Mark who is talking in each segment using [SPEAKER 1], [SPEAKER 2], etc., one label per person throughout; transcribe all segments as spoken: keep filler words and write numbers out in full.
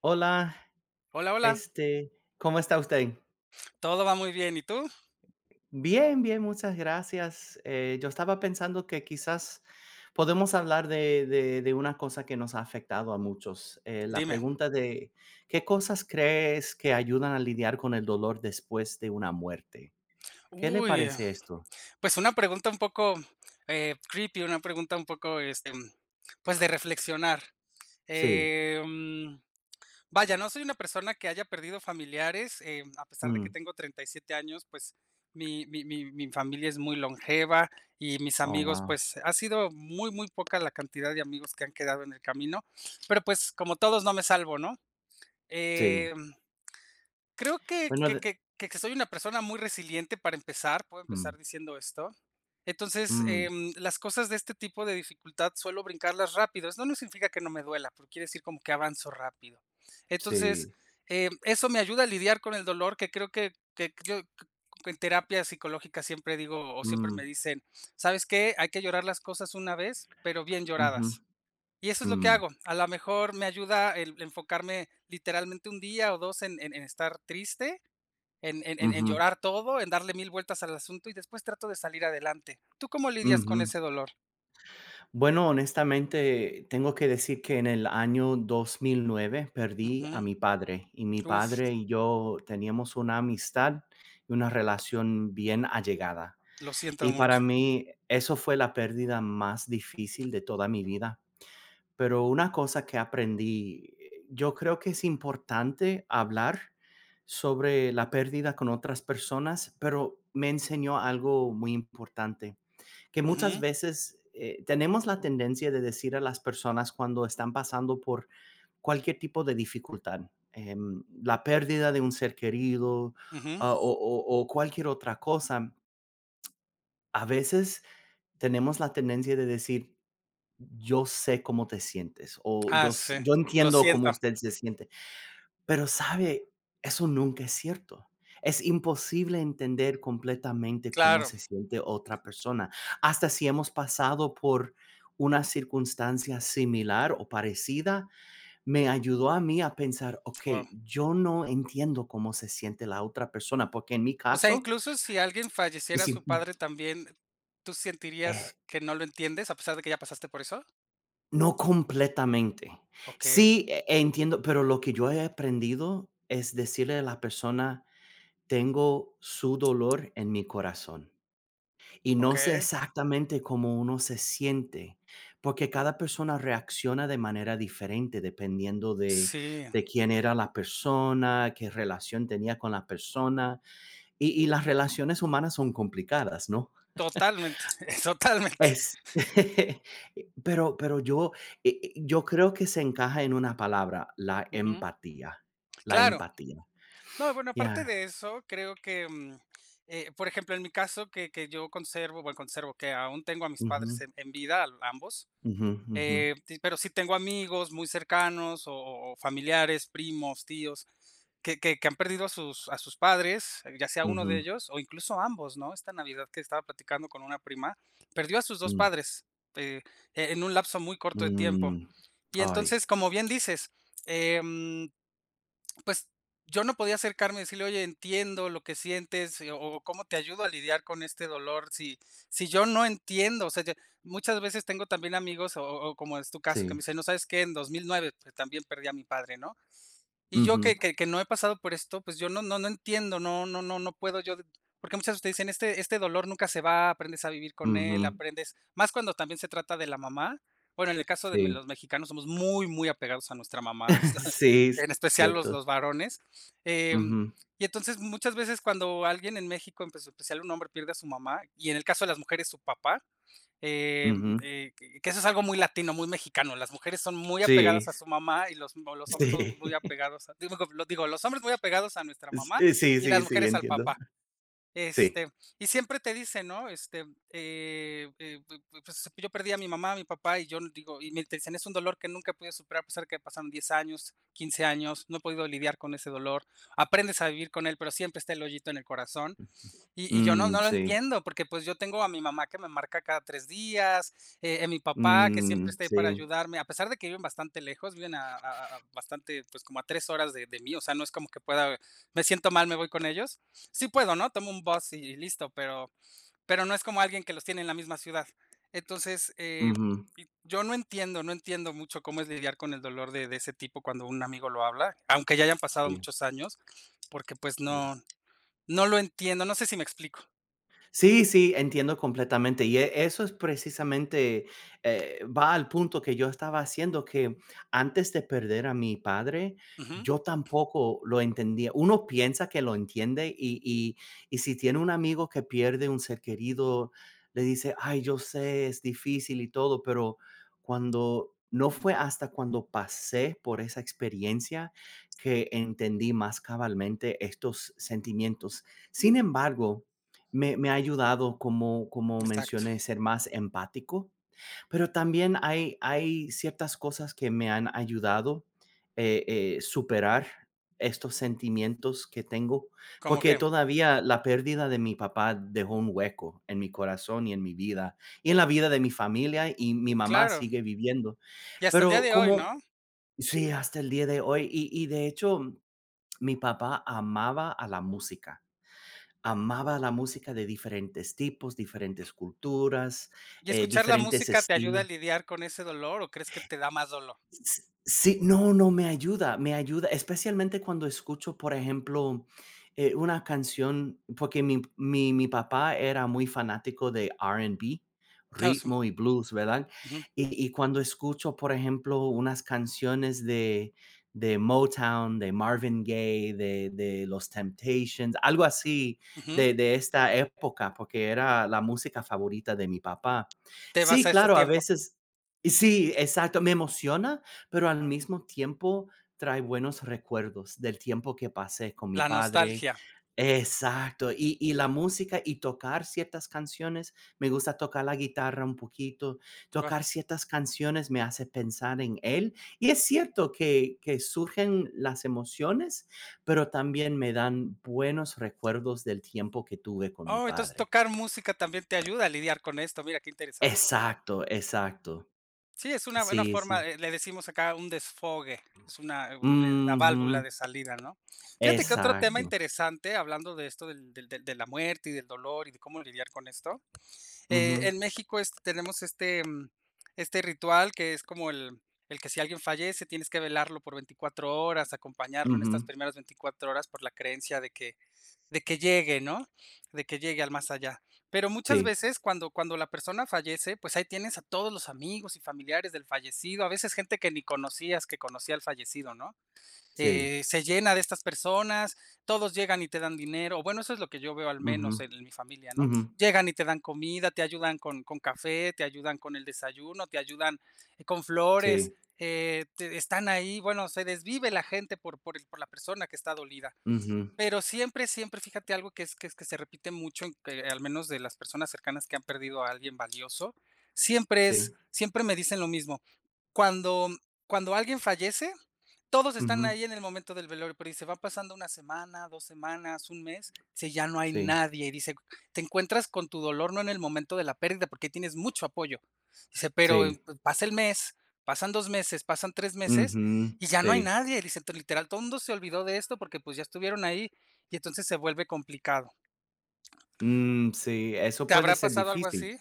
[SPEAKER 1] Hola,
[SPEAKER 2] Hola, hola.
[SPEAKER 1] este, ¿cómo está usted?
[SPEAKER 2] Todo va muy bien, ¿y tú?
[SPEAKER 1] Bien, bien, muchas gracias. Eh, yo estaba pensando que quizás podemos hablar de, de- de una cosa que nos ha afectado a muchos. Eh, la
[SPEAKER 2] Dime.
[SPEAKER 1] pregunta de, ¿qué cosas crees que ayudan a lidiar con el dolor después de una muerte? ¿Qué le
[SPEAKER 2] Uy,
[SPEAKER 1] parece esto?
[SPEAKER 2] pues una pregunta un poco, eh, creepy, una pregunta un poco, este, pues de reflexionar.
[SPEAKER 1] Sí.
[SPEAKER 2] Em, vaya, no soy una persona que haya perdido familiares, eh, a pesar de
[SPEAKER 1] Mm.
[SPEAKER 2] que tengo treinta y siete años, pues mi mi mi mi familia es muy longeva y mis
[SPEAKER 1] Oh,
[SPEAKER 2] amigos,
[SPEAKER 1] wow.
[SPEAKER 2] pues ha sido muy, muy poca la cantidad de amigos que han quedado en el camino, pero pues como todos no me salvo, ¿no?
[SPEAKER 1] Sí.
[SPEAKER 2] Em Creo que
[SPEAKER 1] Bueno.
[SPEAKER 2] que
[SPEAKER 1] De-
[SPEAKER 2] que que que soy una persona muy resiliente para empezar, puedo empezar
[SPEAKER 1] mm,
[SPEAKER 2] diciendo esto. Entonces,
[SPEAKER 1] mm,
[SPEAKER 2] em, las cosas de este tipo de dificultad suelo brincarlas rápido. Eso no significa que no me duela, pero quiere decir como que avanzo rápido. Entonces,
[SPEAKER 1] sí.
[SPEAKER 2] em, eso me ayuda a lidiar con el dolor, que creo que que yo c- c- en terapia psicológica siempre digo, o siempre me
[SPEAKER 1] Mm,
[SPEAKER 2] dicen: "¿Sabes qué? Hay que llorar las cosas una vez, pero bien
[SPEAKER 1] ujú,
[SPEAKER 2] lloradas". Y eso es lo que
[SPEAKER 1] mm,
[SPEAKER 2] hago. A lo mejor me ayuda el enfocarme literalmente un día o dos en en en estar triste, en en en en
[SPEAKER 1] ujú,
[SPEAKER 2] llorar todo, en darle mil vueltas al asunto y después trato de salir adelante. ¿Tú cómo lidias con
[SPEAKER 1] ujú.
[SPEAKER 2] ese dolor?
[SPEAKER 1] Bueno, honestamente, tengo que decir que en el año dos mil nueve perdí a
[SPEAKER 2] Ujú.
[SPEAKER 1] mi padre y mi
[SPEAKER 2] Uf,
[SPEAKER 1] padre y yo teníamos una amistad y una relación bien allegada.
[SPEAKER 2] lo siento
[SPEAKER 1] Y para
[SPEAKER 2] mucho.
[SPEAKER 1] mí eso fue la pérdida más difícil de toda mi vida. Pero una cosa que aprendí, eh, yo creo que es importante hablar sobre la pérdida con otras personas, pero me enseñó algo muy importante, que muchas
[SPEAKER 2] Ujú,
[SPEAKER 1] veces eh, tenemos la tendencia de decir a las personas cuando están pasando por cualquier tipo de dificultad, em, la pérdida de un ser querido,
[SPEAKER 2] ujú.
[SPEAKER 1] ah, o, o- o cualquier otra cosa, a veces tenemos la tendencia de decir, yo sé cómo te sientes, o
[SPEAKER 2] Ah,
[SPEAKER 1] yo,
[SPEAKER 2] sí.
[SPEAKER 1] s- yo
[SPEAKER 2] Lo
[SPEAKER 1] entiendo cómo
[SPEAKER 2] siento.
[SPEAKER 1] usted se siente. Pero sabe, eso nunca es cierto. Es imposible entender completamente cómo
[SPEAKER 2] Claro.
[SPEAKER 1] se siente otra persona, hasta si hemos pasado por una circunstancia similar o parecida. Me ayudó a mí a pensar, ok,
[SPEAKER 2] Wow.
[SPEAKER 1] yo no entiendo cómo se siente la otra persona, porque en mi
[SPEAKER 2] O sea,
[SPEAKER 1] caso,
[SPEAKER 2] incluso si alguien falleciera su
[SPEAKER 1] sí,
[SPEAKER 2] padre también, ¿tú sentirías
[SPEAKER 1] eh,
[SPEAKER 2] que no lo entiendes a pesar de que ya pasaste por eso?
[SPEAKER 1] no completamente.
[SPEAKER 2] Okey,
[SPEAKER 1] Sí, eh, entiendo, pero lo que yo he aprendido es decirle a la persona, tengo su dolor en mi corazón. Y no sé
[SPEAKER 2] okey.
[SPEAKER 1] exactamente cómo uno se siente, porque cada persona reacciona de manera diferente dependiendo de,
[SPEAKER 2] Sí,
[SPEAKER 1] de quién era la persona, qué relación tenía con la persona. Y, y las relaciones humanas son complicadas, ¿no?
[SPEAKER 2] totalmente, totalmente.
[SPEAKER 1] Es, pero, pero yo, eh, eh, yo creo que se encaja en una palabra, la
[SPEAKER 2] Ujú.
[SPEAKER 1] empatía. La
[SPEAKER 2] Claro.
[SPEAKER 1] empatía.
[SPEAKER 2] No, bueno, aparte
[SPEAKER 1] Ya.
[SPEAKER 2] de eso, creo que, mm, eh, por ejemplo, en mi caso, que que yo conservo, bueno, conservo, que aún tengo a mis
[SPEAKER 1] Ujú,
[SPEAKER 2] padres en en vida, al ambos,
[SPEAKER 1] ujú, ujú,
[SPEAKER 2] eh, ti pero sí tengo amigos muy cercanos o o familiares, primos, tíos, que que que han perdido a sus a sus padres, eh, ya sea uno de
[SPEAKER 1] ujú,
[SPEAKER 2] ellos o incluso ambos, ¿no? Esta Navidad que estaba platicando con una prima, perdió a sus dos
[SPEAKER 1] mm,
[SPEAKER 2] padres, eh, e, en un lapso muy corto de tiempo.
[SPEAKER 1] mm.
[SPEAKER 2] Y
[SPEAKER 1] Ay,
[SPEAKER 2] entonces, como bien dices, em, pues, yo no podía acercarme y decirle: "Oye, entiendo lo que sientes, eh, o cómo te ayudo a lidiar con este dolor", si si yo no entiendo, o sea, ya muchas veces tengo también amigos, o o como es tu caso, que me
[SPEAKER 1] sí.
[SPEAKER 2] dicen: "No, ¿sabes qué? En dos mil nueve, pues, también perdí a mi padre", ¿no? Y yo que
[SPEAKER 1] Ujú.
[SPEAKER 2] que que no he pasado por esto, pues, yo no no no entiendo, no no no no puedo yo de- porque muchas veces te dicen: "Este este dolor nunca se va, aprendes a vivir con él,
[SPEAKER 1] Ujú,
[SPEAKER 2] aprendes", más cuando también se trata de la mamá. Bueno, en el caso de me-
[SPEAKER 1] sí.
[SPEAKER 2] los mexicanos somos muy, muy apegados a nuestra mamá,
[SPEAKER 1] Sí, es
[SPEAKER 2] en especial los
[SPEAKER 1] cierto.
[SPEAKER 2] los varones, em,
[SPEAKER 1] Ujú,
[SPEAKER 2] y entonces muchas veces cuando alguien en México, en especial un hombre, pierde a su mamá, y en el caso de las mujeres, su papá, eh,
[SPEAKER 1] ujú.
[SPEAKER 2] eh, que eso es algo muy latino, muy mexicano. Las mujeres son muy
[SPEAKER 1] Sí,
[SPEAKER 2] apegadas a su mamá y los, o los hombres son
[SPEAKER 1] sí.
[SPEAKER 2] muy apegados a, digo, lo digo, los hombres muy apegados a nuestra mamá
[SPEAKER 1] Sí, sí,
[SPEAKER 2] y
[SPEAKER 1] sí,
[SPEAKER 2] las
[SPEAKER 1] sí,
[SPEAKER 2] mujeres al
[SPEAKER 1] entiendo.
[SPEAKER 2] papá.
[SPEAKER 1] Sí.
[SPEAKER 2] Este, y siempre te dicen, ¿no? Este, eh, eh, pu- pu- pues, yo perdí a mi mamá, a mi papá, y yo no digo, y me te dicen, es un dolor que nunca pude superar, a pesar que pasaron diez años, quince años, no he podido lidiar con ese dolor. Aprendes a vivir con él, pero siempre está el hoyito en el corazón. Y y yo no no
[SPEAKER 1] Mm,
[SPEAKER 2] lo
[SPEAKER 1] sí.
[SPEAKER 2] entiendo, porque, pues, yo tengo a mi mamá que me marca cada tres días, eh, a mi papá que siempre
[SPEAKER 1] Mm,
[SPEAKER 2] está ahí para
[SPEAKER 1] sí.
[SPEAKER 2] ayudarme, a pesar de que viven bastante lejos, viven a a a bastante, pues, como a tres horas de de mí, o sea, no es como que pueda me siento mal, me voy con ellos. Sí puedo, ¿no? Tomo un bus y y listo, pero pero no es como alguien que los tiene en la misma ciudad. Entonces, eh,
[SPEAKER 1] Ujú,
[SPEAKER 2] y yo no entiendo, no entiendo mucho cómo es lidiar con el dolor de de ese tipo cuando un amigo lo habla, aunque ya hayan pasado
[SPEAKER 1] sí.
[SPEAKER 2] muchos años, porque, pues, no no lo entiendo, no sé si me explico.
[SPEAKER 1] Sí, sí, entiendo completamente. Y e- eso es precisamente, eh, va al punto que yo estaba haciendo, que antes de perder a mi padre,
[SPEAKER 2] Ujú,
[SPEAKER 1] yo tampoco lo entendía. Uno piensa que lo entiende y, y, y si tiene un amigo que pierde un ser querido, le dice, ay, yo sé, es difícil y todo, pero cuando... No fue hasta cuando pasé por esa experiencia que entendí más cabalmente estos sentimientos. Sin embargo, me me ha ayudado, como como
[SPEAKER 2] exacto.
[SPEAKER 1] mencioné, ser más empático, pero también hay hay ciertas cosas que me han ayudado, eh eh, superar estos sentimientos que tengo,
[SPEAKER 2] ¿Cómo
[SPEAKER 1] porque
[SPEAKER 2] qué?
[SPEAKER 1] todavía la pérdida de mi papá dejó un hueco en mi corazón y en mi vida, y en la vida de mi familia, y mi mamá
[SPEAKER 2] Claro,
[SPEAKER 1] sigue viviendo.
[SPEAKER 2] y hasta el día
[SPEAKER 1] Pero
[SPEAKER 2] de hoy,
[SPEAKER 1] como
[SPEAKER 2] ¿no?
[SPEAKER 1] sí, hasta el día de hoy, y y de hecho, mi papá amaba a la música. Amaba la música de diferentes tipos, diferentes culturas,
[SPEAKER 2] ¿Y
[SPEAKER 1] eh,
[SPEAKER 2] escuchar la
[SPEAKER 1] diferentes
[SPEAKER 2] música te ayuda a
[SPEAKER 1] estilos.
[SPEAKER 2] lidiar con ese dolor o crees que te da más dolor?
[SPEAKER 1] S sí, no, no, me ayuda, me ayuda, especialmente cuando escucho, por ejemplo, eh, una canción, porque mi mi mi papá era muy fanático de R y B,
[SPEAKER 2] Ah, sí,
[SPEAKER 1] ritmo y blues, ¿verdad?
[SPEAKER 2] ujú,
[SPEAKER 1] Y y cuando escucho, por ejemplo, unas canciones de de Motown, de Marvin Gaye, de de Los Temptations, algo así
[SPEAKER 2] ujú.
[SPEAKER 1] de de esta época, porque era la música favorita de mi papá.
[SPEAKER 2] Te vas
[SPEAKER 1] Sí,
[SPEAKER 2] a ese
[SPEAKER 1] claro, a
[SPEAKER 2] tiempo,
[SPEAKER 1] veces y sí, exacto, me emociona, pero al mismo tiempo trae buenos recuerdos del tiempo que pasé con mi
[SPEAKER 2] la
[SPEAKER 1] padre.
[SPEAKER 2] nostalgia.
[SPEAKER 1] Exacto, y, y la música y tocar ciertas canciones, me gusta tocar la guitarra un poquito,
[SPEAKER 2] Guau.
[SPEAKER 1] tocar ciertas canciones me hace pensar en él, y es cierto que, que surgen las emociones, pero también me dan buenos recuerdos del tiempo que tuve con mi
[SPEAKER 2] Oh, entonces
[SPEAKER 1] padre.
[SPEAKER 2] tocar música también te ayuda a lidiar con esto, mira qué interesante.
[SPEAKER 1] Exacto, exacto.
[SPEAKER 2] Sí, es una buena
[SPEAKER 1] Sí,
[SPEAKER 2] forma,
[SPEAKER 1] sí.
[SPEAKER 2] eh, le decimos acá un desfogue, es una un eh, una válvula
[SPEAKER 1] Ujú,
[SPEAKER 2] de salida, ¿no? Fíjate que otro tema
[SPEAKER 1] exacto.
[SPEAKER 2] interesante, hablando de esto del del del de la muerte y del dolor y de cómo lidiar con esto. Eh,
[SPEAKER 1] Ujú.
[SPEAKER 2] en México es tenemos este, mm, este ritual que es como el el que si alguien fallece, tienes que velarlo por veinticuatro horas, acompañarlo en
[SPEAKER 1] Ujú.
[SPEAKER 2] estas primeras veinticuatro horas por la creencia de que de que llegue, ¿no? De que llegue al más allá. Pero muchas
[SPEAKER 1] Sí,
[SPEAKER 2] veces cuando cuando la persona fallece, pues ahí tienes a todos los amigos y familiares del fallecido, a veces gente que ni conocías, que conocía al fallecido, ¿no?
[SPEAKER 1] sí.
[SPEAKER 2] Eh, se llena de estas personas, todos llegan y te dan dinero, bueno, eso es lo que yo veo al
[SPEAKER 1] Ujú,
[SPEAKER 2] menos en en mi familia, ¿no?
[SPEAKER 1] ujú.
[SPEAKER 2] Llegan y te dan comida, te ayudan con, con café, te ayudan con el desayuno, te ayudan eh, con flores,
[SPEAKER 1] Sí,
[SPEAKER 2] eh, te- están ahí, bueno, se desvive la gente por, por, el- por la persona que está dolida.
[SPEAKER 1] ujú,
[SPEAKER 2] Pero siempre, siempre, fíjate algo que es que, es que se repite mucho, en que, al menos de las personas cercanas que han perdido a alguien valioso, siempre es,
[SPEAKER 1] sí,
[SPEAKER 2] siempre me dicen lo mismo. Cuando, cuando alguien fallece, todos están
[SPEAKER 1] ujú,
[SPEAKER 2] ahí en el momento del velorio, pero dice, va pasando una semana, dos semanas, un mes, dice, ya no hay
[SPEAKER 1] sí,
[SPEAKER 2] nadie, y dice, te encuentras con tu dolor no en el momento de la pérdida, porque tienes mucho apoyo. Dice, pero eh,
[SPEAKER 1] sí,
[SPEAKER 2] pues, pasa el mes, pasan dos meses, pasan tres meses
[SPEAKER 1] ujú,
[SPEAKER 2] y ya no hay
[SPEAKER 1] sí.
[SPEAKER 2] nadie. Dice: "Entonces, literal, todo el mundo se olvidó de esto porque, pues, ya estuvieron ahí y entonces se vuelve complicado.
[SPEAKER 1] Mm, sí, eso
[SPEAKER 2] ¿Te
[SPEAKER 1] puede
[SPEAKER 2] habrá
[SPEAKER 1] ser
[SPEAKER 2] pasado algo
[SPEAKER 1] difícil.
[SPEAKER 2] así?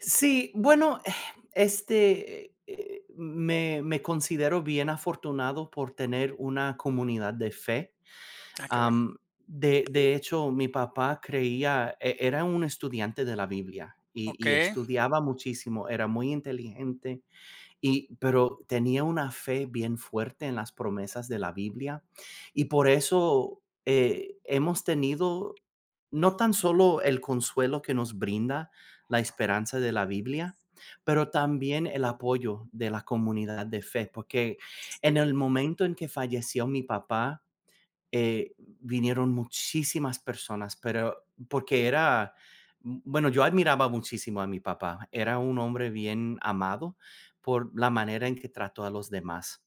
[SPEAKER 1] Sí, bueno, este, eh, me me considero bien afortunado por tener una comunidad de fe.
[SPEAKER 2] Ah, qué bueno.
[SPEAKER 1] Am, de de hecho, mi papá creía, e era un estudiante de la Biblia y y
[SPEAKER 2] Okey,
[SPEAKER 1] estudiaba muchísimo, era muy inteligente. Y, pero tenía una fe bien fuerte en las promesas de la Biblia, y por eso eh, hemos tenido no tan solo el consuelo que nos brinda la esperanza de la Biblia, pero también el apoyo de la comunidad de fe, porque en el momento en que falleció mi papá, eh, vinieron muchísimas personas, pero porque era, bueno, yo admiraba muchísimo a mi papá. Era un hombre bien amado por la manera en que trató a los demás.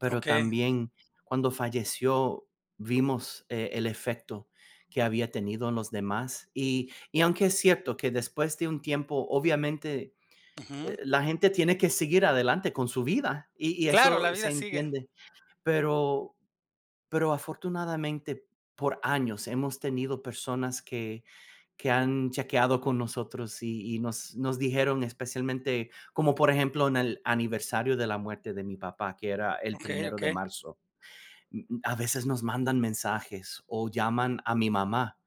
[SPEAKER 1] Pero
[SPEAKER 2] okey.
[SPEAKER 1] también cuando falleció, vimos eh, el efecto que había tenido en los demás. Y, y aunque es cierto que después de un tiempo, obviamente,
[SPEAKER 2] Ujú.
[SPEAKER 1] eh, la gente tiene que seguir adelante con su vida, y, y
[SPEAKER 2] Claro, la
[SPEAKER 1] eso
[SPEAKER 2] vida
[SPEAKER 1] se
[SPEAKER 2] sigue.
[SPEAKER 1] entiende. Pero pero afortunadamente, por años hemos tenido personas que que han chequeado con nosotros, y y nos nos dijeron, especialmente, como por ejemplo, en el aniversario de la muerte de mi papá, que era el
[SPEAKER 2] Okey,
[SPEAKER 1] primero de
[SPEAKER 2] okey.
[SPEAKER 1] marzo. Mm, a veces nos mandan mensajes o llaman a mi mamá.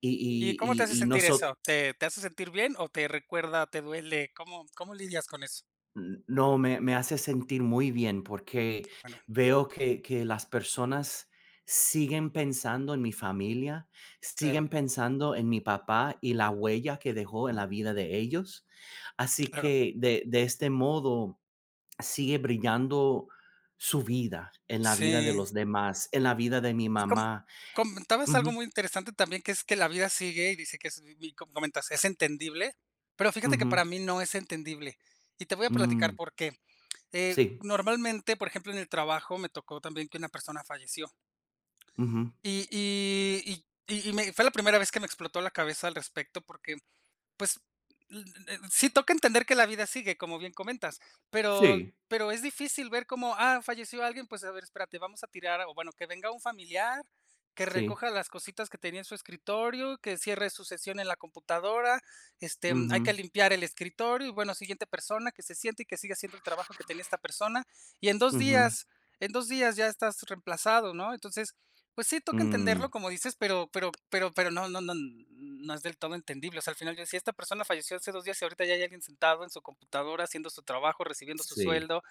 [SPEAKER 1] Y
[SPEAKER 2] ¿Y cómo te
[SPEAKER 1] y
[SPEAKER 2] hace
[SPEAKER 1] y y
[SPEAKER 2] sentir
[SPEAKER 1] noso
[SPEAKER 2] eso? ¿Te te hace sentir bien o te recuerda, te duele? ¿Cómo cómo lidias con eso?
[SPEAKER 1] No, me, me hace sentir muy bien, porque
[SPEAKER 2] Bueno,
[SPEAKER 1] veo que, que las personas siguen pensando en mi familia,
[SPEAKER 2] claro,
[SPEAKER 1] siguen pensando en mi papá y la huella que dejó en la vida de ellos. Así
[SPEAKER 2] claro.
[SPEAKER 1] que, de, de este modo sigue brillando su vida en la vida de
[SPEAKER 2] Sí.
[SPEAKER 1] los demás, en la vida de mi
[SPEAKER 2] Y com
[SPEAKER 1] mamá.
[SPEAKER 2] comentabas algo
[SPEAKER 1] Ujú,
[SPEAKER 2] muy interesante también, que es que la vida sigue y dice que es y como comentas, es entendible, pero fíjate que
[SPEAKER 1] ujú,
[SPEAKER 2] para mí no es entendible. Y te voy a platicar
[SPEAKER 1] mm,
[SPEAKER 2] por qué. Eh,
[SPEAKER 1] sí,
[SPEAKER 2] normalmente, por ejemplo, en el trabajo me tocó también que una persona falleció.
[SPEAKER 1] ujú,
[SPEAKER 2] Y y y y y me fue la primera vez que me explotó la cabeza al respecto, porque pues, l eh, sí toca entender que la vida sigue, como bien comentas, pero
[SPEAKER 1] sí,
[SPEAKER 2] pero es difícil ver cómo, ah, falleció alguien, pues, a ver, espérate, vamos a tirar o bueno, que venga un familiar, que
[SPEAKER 1] sí.
[SPEAKER 2] recoja las cositas que tenía en su escritorio, que cierre su sesión en la computadora, este, mm, hay que
[SPEAKER 1] Ujú,
[SPEAKER 2] limpiar el escritorio y, bueno, siguiente persona que se siente y que siga haciendo el trabajo que tenía esta persona, y en dos
[SPEAKER 1] ujú,
[SPEAKER 2] días en dos días ya estás reemplazado, ¿no? Entonces, pues sí, toca entenderlo,
[SPEAKER 1] mm,
[SPEAKER 2] como dices, pero pero pero pero no no no no es del todo entendible. O sea, al final yo decía, esta persona falleció hace dos días y ahorita ya hay alguien sentado en su computadora haciendo su trabajo, recibiendo su
[SPEAKER 1] sí.
[SPEAKER 2] sueldo.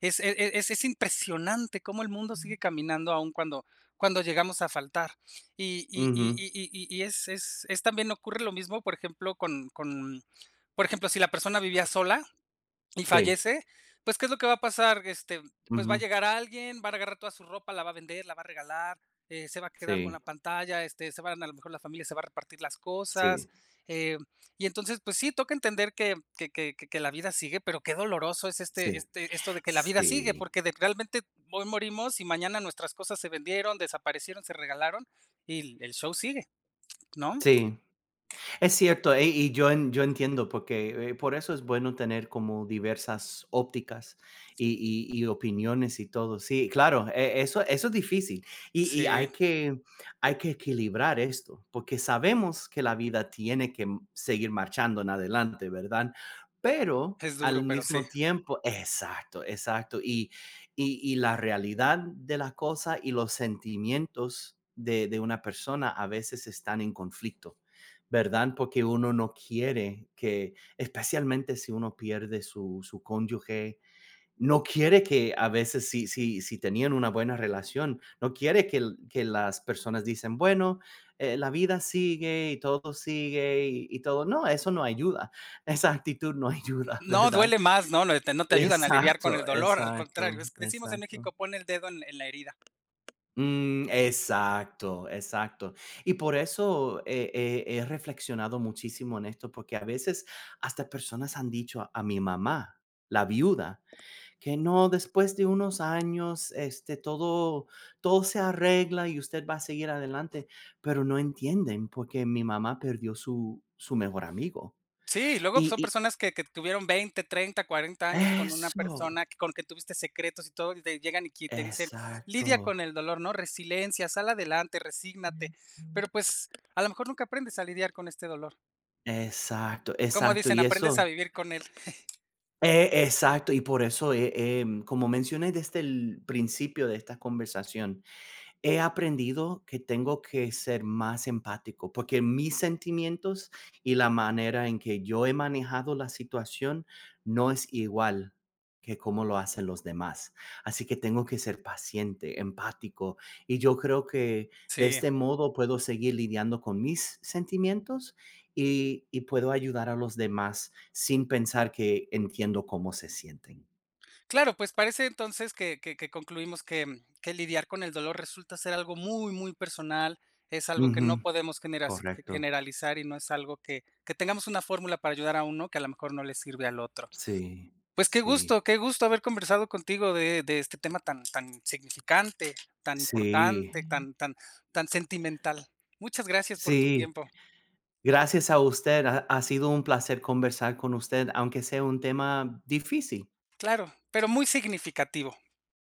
[SPEAKER 2] Es e e es es impresionante cómo el mundo sigue caminando aún cuando cuando llegamos a faltar. Y y y y y y es es es también ocurre lo mismo, por ejemplo, con con por ejemplo, si la persona vivía sola, y
[SPEAKER 1] Sí,
[SPEAKER 2] fallece, pues, ¿qué es lo que va a pasar? Este, pues va a
[SPEAKER 1] ujú,
[SPEAKER 2] llegar alguien, va a agarrar toda su ropa, la va a vender, la va a regalar, eh, se va a quedar con la
[SPEAKER 1] sí,
[SPEAKER 2] pantalla, este, se van a lo mejor la familia se va a repartir las cosas.
[SPEAKER 1] sí,
[SPEAKER 2] eh, y entonces, pues sí, toca entender que, que, que- que- que la vida sigue, pero qué doloroso es este,
[SPEAKER 1] sí,
[SPEAKER 2] este, esto de que la vida sigue,
[SPEAKER 1] sí,
[SPEAKER 2] porque de- realmente hoy morimos y mañana nuestras cosas se vendieron, desaparecieron, se regalaron y el el show sigue, ¿no?
[SPEAKER 1] sí. Es cierto, eh, y yo, en- yo entiendo, porque eh, por eso es bueno tener como diversas ópticas y, y- y opiniones y todo. Sí, claro, e- eso, eso es difícil, y, y
[SPEAKER 2] Sí,
[SPEAKER 1] hay, que, hay que equilibrar esto, porque sabemos que la vida tiene que m- seguir marchando en adelante, ¿verdad? Pero
[SPEAKER 2] es duro,
[SPEAKER 1] al
[SPEAKER 2] pero sí.
[SPEAKER 1] mismo tiempo, exacto, exacto, y, y, y la realidad de la cosa y los sentimientos de, de una persona a veces están en conflicto. ¿Verdad? Porque uno no quiere que, especialmente si uno pierde su, su cónyuge, no quiere que a veces si, si, si tenían una buena relación, no quiere que, l- que las personas dicen, bueno, eh, la vida sigue y todo sigue, y, y todo. No, eso no ayuda. Esa actitud no ayuda,
[SPEAKER 2] No,
[SPEAKER 1] ¿verdad?
[SPEAKER 2] duele más, ¿no? No te no te ayudan a lidiar con
[SPEAKER 1] Exacto,
[SPEAKER 2] el dolor, al contrario,
[SPEAKER 1] exacto,
[SPEAKER 2] es que decimos en
[SPEAKER 1] exacto.
[SPEAKER 2] México: "Pone el dedo en en la herida".
[SPEAKER 1] Mm, exacto, exacto. Y por eso eh, eh, he reflexionado muchísimo en esto, porque a veces hasta personas han dicho a, a mi mamá, la viuda, que no, después de unos años, este, todo, todo se arregla y usted va a seguir adelante, pero no entienden porque mi mamá perdió su, su mejor amigo.
[SPEAKER 2] Sí, luego
[SPEAKER 1] Y,
[SPEAKER 2] son
[SPEAKER 1] y
[SPEAKER 2] personas que que tuvieron veinte, treinta, cuarenta años con una
[SPEAKER 1] eso,
[SPEAKER 2] persona que- con que tuviste secretos y todo, y te llegan y que te dicen:
[SPEAKER 1] exacto,
[SPEAKER 2] "Lidia con el dolor, ¿no? Resiliencia, sal adelante, resígnate". Pero, pues, a lo mejor nunca aprendes a lidiar con este dolor.
[SPEAKER 1] exacto,
[SPEAKER 2] Como
[SPEAKER 1] exacto.
[SPEAKER 2] dicen:
[SPEAKER 1] Y
[SPEAKER 2] "Aprendes a
[SPEAKER 1] eso.
[SPEAKER 2] vivir con él".
[SPEAKER 1] Eh, exacto, y por eso, eh, em, como mencioné desde el principio de esta conversación, he aprendido que tengo que ser más empático, porque mis sentimientos y la manera en que yo he manejado la situación no es igual que cómo lo hacen los demás. Así que tengo que ser paciente, empático, y yo creo que de
[SPEAKER 2] Sí.
[SPEAKER 1] este modo puedo seguir lidiando con mis sentimientos, y, y puedo ayudar a los demás sin pensar que entiendo cómo se sienten.
[SPEAKER 2] Claro, pues parece entonces que que que concluimos que, mm, que lidiar con el dolor resulta ser algo muy, muy personal, es algo que no
[SPEAKER 1] Ujú,
[SPEAKER 2] podemos generaci ge
[SPEAKER 1] correcto.
[SPEAKER 2] generalizar y no es algo que que tengamos una fórmula para ayudar a uno que a lo mejor no le sirve al otro.
[SPEAKER 1] Sí,
[SPEAKER 2] Pues qué
[SPEAKER 1] sí,
[SPEAKER 2] gusto, qué gusto haber conversado contigo de de este tema tan tan significante, tan
[SPEAKER 1] sí.
[SPEAKER 2] importante, tan tan tan sentimental. Muchas gracias por tu
[SPEAKER 1] Sí,
[SPEAKER 2] tiempo.
[SPEAKER 1] gracias a usted. Ha ha sido un placer conversar con usted, aunque sea un tema difícil.
[SPEAKER 2] Claro, pero muy significativo.